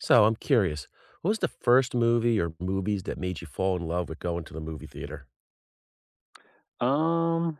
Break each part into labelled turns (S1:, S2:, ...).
S1: So I'm curious, what was the first movie or movies that made you fall in love with going to the movie theater?
S2: Um,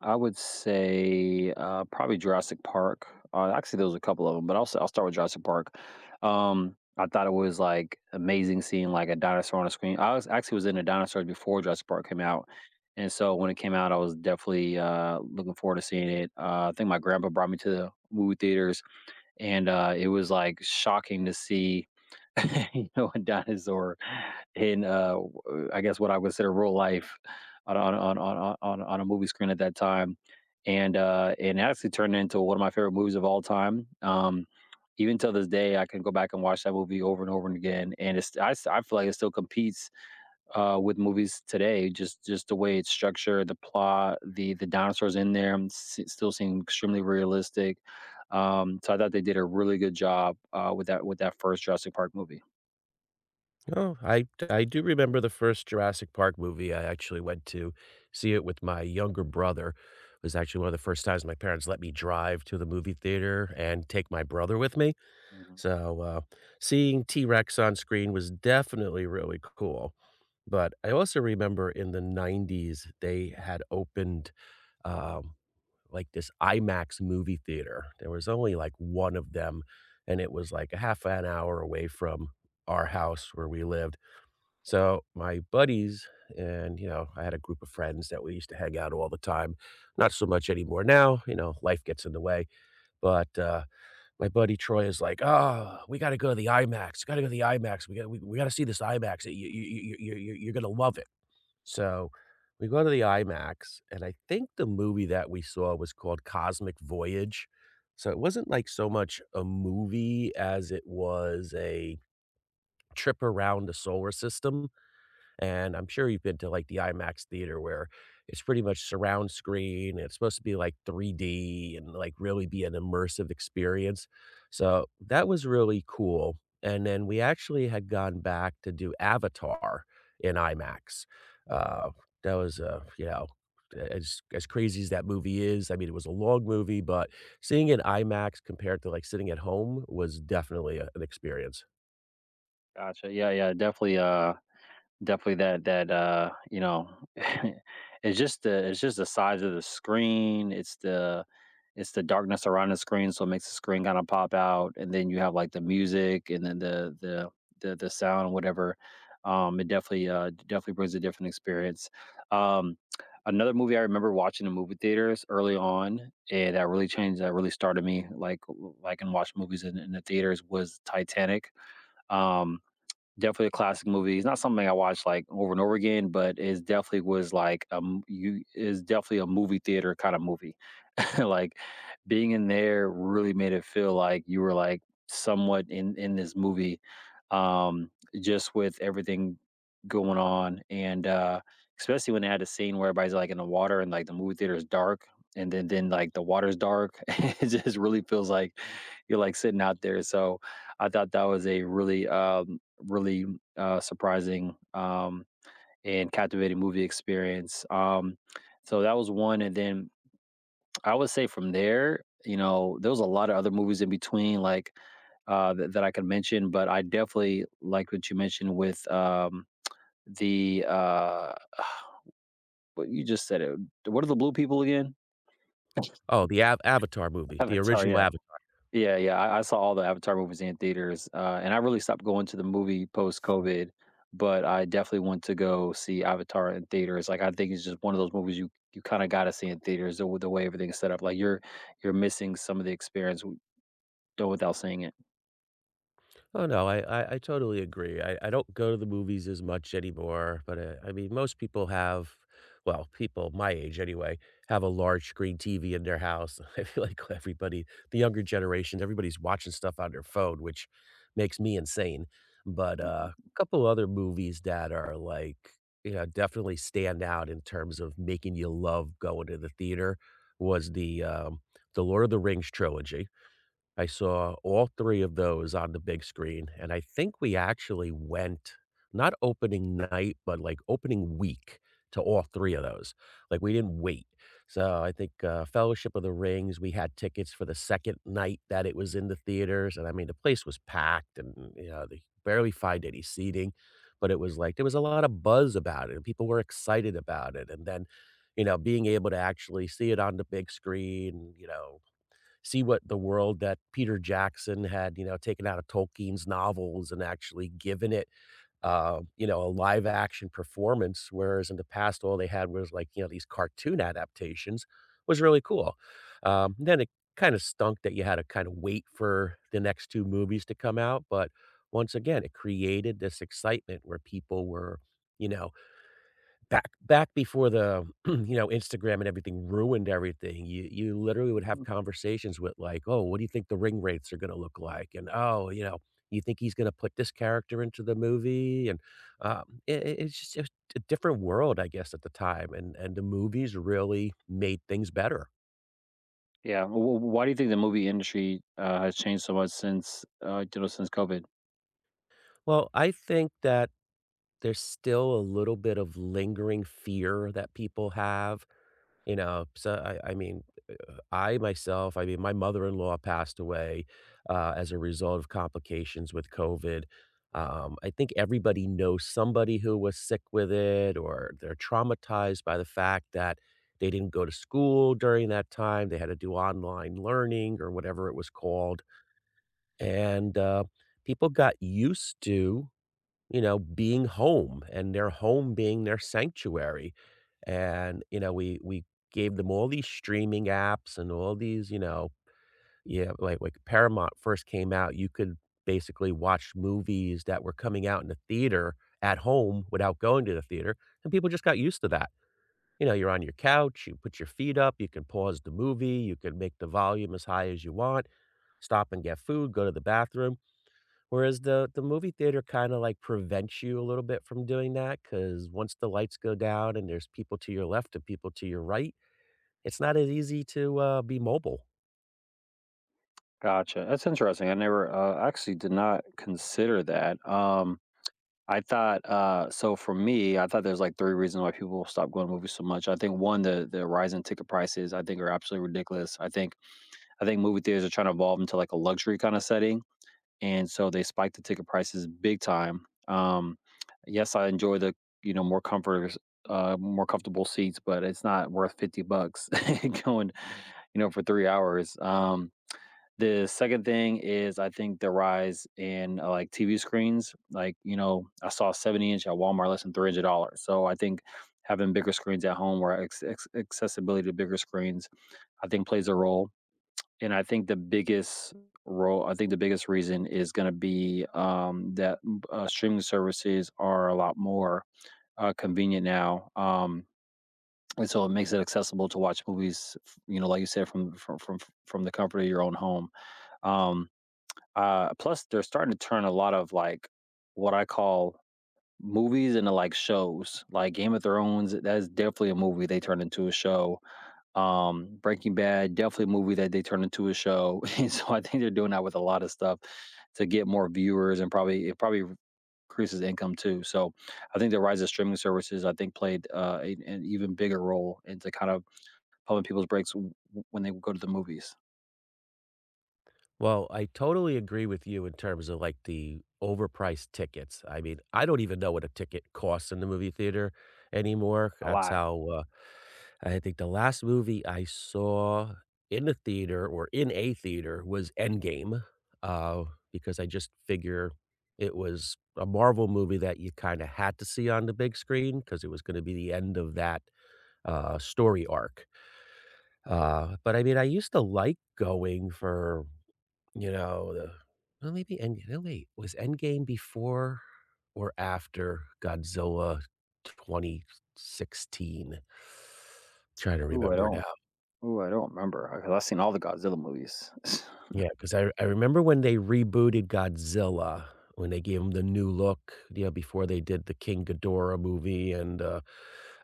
S2: I would say, probably Jurassic Park. Actually, there was a couple of them, but I'll start with Jurassic Park. I thought it was like amazing seeing like a dinosaur on the screen. I was actually was in the dinosaurs before Jurassic Park came out, and so when it came out, I was definitely looking forward to seeing it. I think my grandpa brought me to the movie theaters, and it was like shocking to see a dinosaur in I guess what I consider real life on a movie screen at that time. And it actually turned into one of my favorite movies of all time. Even till this day, I can go back and watch that movie over and over and again, and I feel like it still competes with movies today. Just the way it's structured, the plot, the dinosaurs in there, still seem extremely realistic. So I thought they did a really good job with that first Jurassic Park movie.
S1: Oh, I do remember the first Jurassic Park movie. I actually went to see it with my younger brother. It was actually one of the first times my parents let me drive to the movie theater and take my brother with me.
S2: Mhm,
S1: So seeing T-Rex on screen was definitely really cool. But I also remember in the 90s, they had opened um, like this IMAX movie theater. There was only like one of them, and it was like a half an hour away from our house where we lived. So my buddies and you know, I had a group of friends that we used to hang out all the time. Not so much anymore now, you know, life gets in the way. But my buddy Troy is like, "Oh, we got to go to the IMAX. Got to go to the IMAX. We got to see this IMAX. You're gonna love it." So we go to the IMAX, and I think the movie that we saw was called Cosmic Voyage. So it wasn't
S2: mhm.
S1: like so much a movie as it was a trip around the solar system. And I'm sure you've been to like the IMAX theater where it's pretty much surround screen. And it's supposed to be like 3D and like really be an immersive experience. So that was really cool. And then we actually had gone back to do Avatar in IMAX. Uh, that was, you know, as crazy as that movie is, I mean, it was a long movie, but seeing it in IMAX compared to like sitting at home was definitely a, an experience.
S2: Gotcha. Yeah, yeah, definitely, definitely it's just the size of the screen. It's the darkness around the screen, so it makes the screen kind of pop out, and then you have like the music, and then the sound, whatever. It definitely definitely brings a different experience. Um, Another movie I remember watching in movie theaters early on, and that really started me and watch movies in the theaters was Titanic. Um, Definitely a classic movie. It's not something I watch like over and over again, but it definitely was like, you is definitely a movie theater kind of movie. Like being in there really made it feel like you were like somewhat in this movie, um just with everything going on, and especially when they had a scene where everybody's like in the water and like the movie theater is dark and then like the water's dark. It just really feels like you're like sitting out there. So I thought that was a really surprising and captivating movie experience. So that was one, and then I would say from there, you know, there was a lot of other movies in between, like, that I could mention, but I definitely like what you mentioned with, the, what you just said, it what are the blue people again?
S1: Oh, the Avatar movie, the
S2: Avatar,
S1: original
S2: yeah.
S1: Avatar.
S2: Yeah, yeah, I saw all the Avatar movies in theaters, and I really stopped going to the movie post-COVID, but I definitely want to go see Avatar in theaters. Like, I think it's just one of those movies you kinda gotta see in theaters, the way everything's set up. Like, you're missing some of the experience w though without seeing it.
S1: Oh, no, I totally agree. I don't go to the movies as much anymore, but, I mean, most people have well, people my age anyway, have a large screen TV in their house. I feel like everybody the younger generation, everybody's watching stuff on their phone, which makes me insane. But, a couple other movies that are, like, you know, definitely stand out in terms of making you love going to the theater was the Lord of the Rings trilogy. I saw all 3 of those on the big screen, and I think we actually went not opening night, but, like, opening week to all 3 of those. Like, we didn't wait. So, I think, Fellowship of the Rings, we had tickets for the second night that it was in the theaters, and, I mean, the place was packed and, you know, they barely find any seating, but it was like there was a lot of buzz about it, and people were excited about it, and then, you know, being able to actually see it on the big screen, you know, see what the world that Peter Jackson had, you know, taken out of Tolkien's novels and actually given it, you know, a live action performance, whereas in the past, all they had was like, you know, these cartoon adaptations was really cool. Then it kind of stunk that you had to kind of wait for the next two movies to come out. But once again, it created this excitement where people were, you know, Back before the, you know, Instagram and everything ruined everything, you literally would have conversations with like, "Oh, what do you think the ring rates are gonna look like?" And, "Oh, you know, you think he's gonna put this character into the movie?" And, it's just a different world, I guess, at the time, and the movies really made things better.
S2: Yeah, wh Why do you think the movie industry, has changed so much since, since COVID?
S1: Well, I think that there's still a little bit of lingering fear that people have. You know, so I mean, I myself, I mean, my mother-in-law passed away as a result of complications with COVID. I think everybody knows somebody who was sick with it, or they're traumatized by the fact that they didn't go to school during that time. They had to do online learning or whatever it was called, and people got used to you know, being home and their home being their sanctuary. And, you know, we gave them all these streaming apps and all these, you know, yeah, like Paramount first came out, you could basically watch movies that were coming out in the theater at home without going to the theater, and people just got used to that. You know, you're on your couch, you put your feet up, you can pause the movie, you can make the volume as high as you want, stop and get food, go to the bathroom. Whereas the movie theater kinda, like, prevents you a little bit from doing that, because once the lights go down and there's people to your left and people to your right, it's not as easy to, be mobile.
S2: Gotcha, that's interesting. I never, actually did not consider that. I thought, so for me, I thought there's, like, 3 reasons why people stop going to movies so much. I think 1, the rise in ticket prices, I think, are absolutely ridiculous. I think movie theaters are trying to evolve into, like, a luxury kinda setting, and so they spiked the ticket prices big time. Yes, I enjoy the, you know, more comfort, more comfortable seats, but it's not worth $50 going, you know, for 3 hours. The second thing is I think the rise in, like, TV screens. Like, you know, I saw a 70 inch at Walmart less than $300. So I think having bigger screens at home or accessibility to bigger screens, I think plays a role. And I think the biggest role I think the biggest reason is gonna be, that, streaming services are a lot more, convenient now, and so it makes it accessible to watch movies, f you know, like you said, from the comfort of your own home. Um, Plus, they're starting to turn a lot of, like, what I call movies into, like, shows. Like, Game of Thrones, that is definitely a movie they turned into a show. Breaking Bad, definitely a movie that they turned into a show. And so I think they're doing that with a lot of stuff to get more viewers, and probably it probably increases income too. So I think the rise of streaming services, I think, played, a, an even bigger role into kind of pumping people's brakes when they go to the movies
S1: Well, I totally agree with you in terms of, like, the overpriced tickets. I mean, I don't even know what a ticket costs in the movie theater anymore.
S2: a
S1: That's
S2: lot.
S1: how, I think the last movie I saw in the theater or in a theater was Endgame, uh, because I just figure it was a Marvel movie that you kinda had to see on the big screen because it was gonna be the end of that, story arc. But I mean, I used to like going for, you know, the well, maybe End no, wait, was Endgame before or after Godzilla 2016? Trying to
S2: Ooh, I
S1: remember now.
S2: don't. Ooh, I don't remember because I've seen all the Godzilla movies.
S1: Yeah, because I remember when they rebooted Godzilla, when they gave him the new look, you know, before they did the King Ghidorah movie and, uh,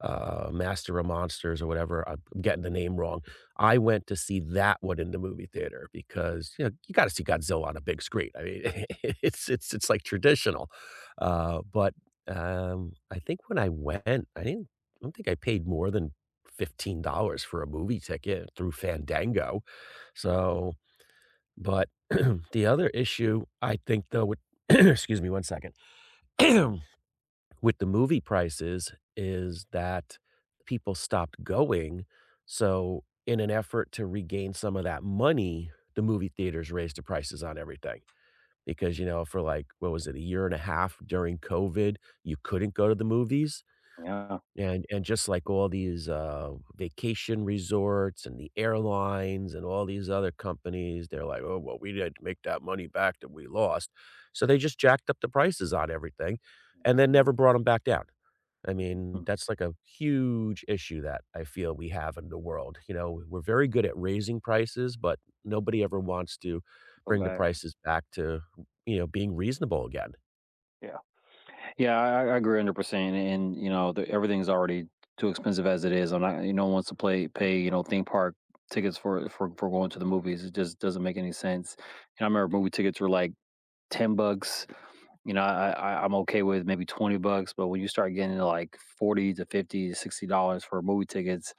S1: uh, Master of Monsters or whatever, I'm getting the name wrong. I went to see that one in the movie theater because, you know, you gotta see Godzilla on a big screen. I mean, it's like traditional. Uh, but, I think when I went, I didn't I don't think I paid more than $15 for a movie ticket through Fandango. So but the other issue I think though with excuse me 1 second, with the movie prices is that people stopped going, so in an effort to regain some of that money, the movie theaters raised the prices on everything because,
S2: Mhm.
S1: you know, for like, what was it, a year and a half during COVID, you couldn't go to the movies,
S2: Yeah.
S1: and just like all these, vacation resorts and the airlines and all these other companies, they're like, "Oh, well, we had to make that money back that we lost." So they just jacked up the prices on everything and then never brought them back down. I mean,
S2: Mhm.
S1: that's like a huge issue that I feel we have in the world, you know? We're very good at raising prices, but nobody ever wants to
S2: Go
S1: bring the
S2: back.
S1: prices back to, you know, being reasonable again.
S2: Yeah. Yeah, I agree 100%. And, you know, everything's already too expensive as it is. I'm not, you know, wants to pay, you know, theme park tickets for going to the movies. It just doesn't make any sense. And I remember movie tickets were like 10 bucks. You know, I'm okay with maybe 20 bucks, but when you start getting into like 40 to 50 to 60 dollars for movie tickets,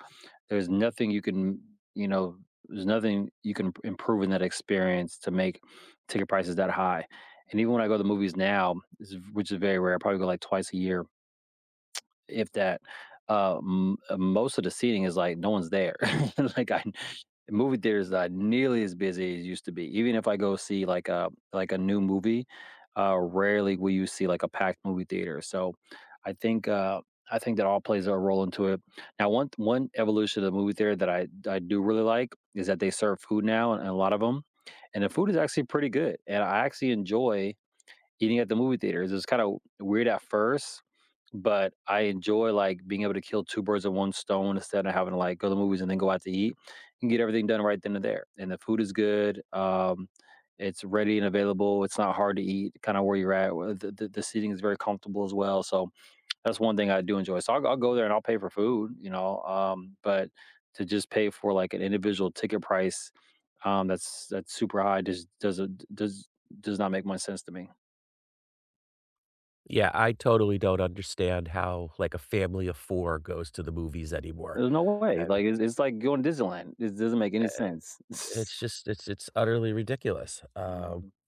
S2: there's nothing you can, you know, there's nothing you can improve in that experience to make ticket prices that high. And even when I go to the movies now, which is very rare, I probably go like twice a year, if that. M Most of the seating is, like, no one's there. Like, I Movie theaters are nearly as busy as used to be. Even if I go see, like, a new movie, rarely will you see, like, a packed movie theater. So, I think, uh, I think that all plays a role into it. Now, one evolution of the movie theater that I do really like is that they serve food now and a lot of them, and the food is actually pretty good, and I actually enjoy eating at the movie theaters. It's kinda weird at first, but I enjoy, like, being able to kill 2 birds with 1 stone instead of having to, like, go to the movies and then go out to eat and get everything done right then and there. And the food is good. It's ready and available, it's not hard to eat, kinda where you're at, where the seating is very comfortable as well. So that's one thing I do enjoy. So I'll go there and I'll pay for food, you know, but to just pay for, like, an individual ticket price, that's super high, just does not make much sense to me.
S1: Yeah, I totally don't understand how, like, a family of 4 goes to the movies anymore.
S2: There's no way, like, it's like going to Disneyland. It doesn't make any
S1: Eh,
S2: sense.
S1: it's just it's utterly ridiculous.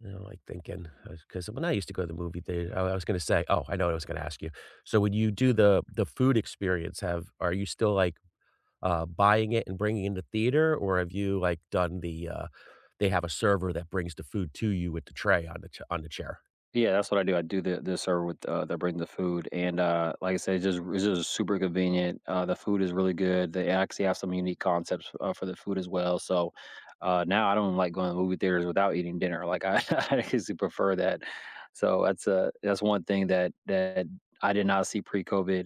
S1: You know, like, thinking because when I used to go to the movie theater oh, I was gonna say oh, I know what I was gonna ask you. So when you do the food experience, have are you still, like, buying it and bringing it in the theater, or have you, like, done the, they have a server that brings the food to you with the tray on the ch on the chair?
S2: Yeah, that's what I do. I do the server with, that bring the food. And, like I said, it's just super convenient. The food is really good. They actually have some unique concepts, for the food as well. So, now I don't like going to movie theaters without eating dinner. Like, I I actually prefer that. So that's one thing that I did not see pre-COVID,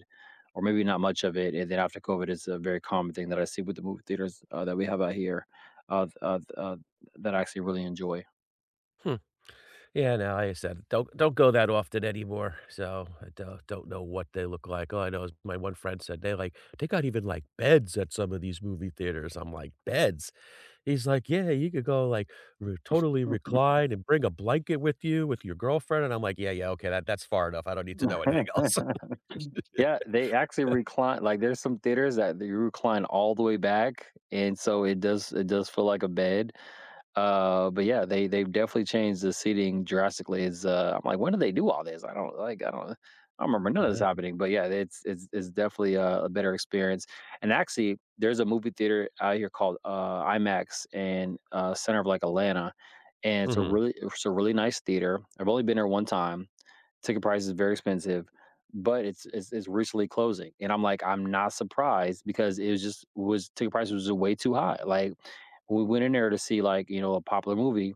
S2: or maybe not much of it. And then after COVID, it's a very common thing that I see with the movie theaters, that we have out here, uh, th- uh, th- uh, that I actually really enjoy.
S1: Hmm. Yeah, no, like I said, don't go that often anymore, so I don't know what they look like. All I know is my one friend said they, like, "They got even, like, beds at some of these movie theaters." I'm like, "Beds?" He's like, "Yeah, you could go, like, re totally recline and bring a blanket with you with your girlfriend," and I'm like, "Yeah, yeah, okay, that that's far enough. I don't need to know anything else."
S2: Yeah, they actually recline. Like, there's some theaters that they recline all the way back, and so it does feel like a bed. But yeah, they they've definitely changed the seating drastically. Is I'm like, when do they do all this? I don't like, I don't remember none of this
S1: Well
S2: happening. But yeah, it's definitely a better experience. And actually, there's a movie theater out here called, IMAX in, center of like Atlanta, and
S1: mhm.
S2: it's a really nice theater. I've only been there one time. Ticket price is very expensive, but it's recently closing, and I'm like, I'm not surprised because it was just was ticket price was just way too high. Like, we went in there to see, like, you know, a popular movie.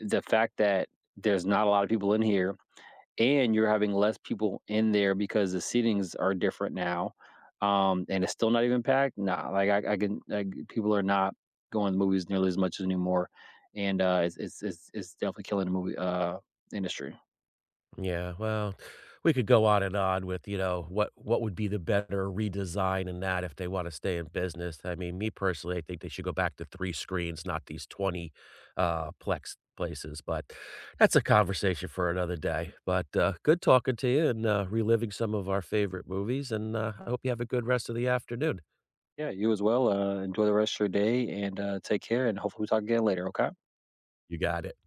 S2: The fact that there's not a lot of people in here and you're having less people in there because the seatings are different now, and it's still not even packed. Nah, like, people are not going to movies nearly as much anymore, and, it's definitely killing the movie, industry.
S1: Yeah, well, we could go on and on with, you know, what would be the better redesign in that if they wanna stay in business. I mean, me personally, I think they should go back to 3 screens, not these 20, plex places, but that's a conversation for another day. But, good talking to you and, reliving some of our favorite movies, and, I hope you have a good rest of the afternoon.
S2: Yeah, you as well. Enjoy the rest of your day and, take care. And hopefully, we talk again later. Okay.
S1: You got it.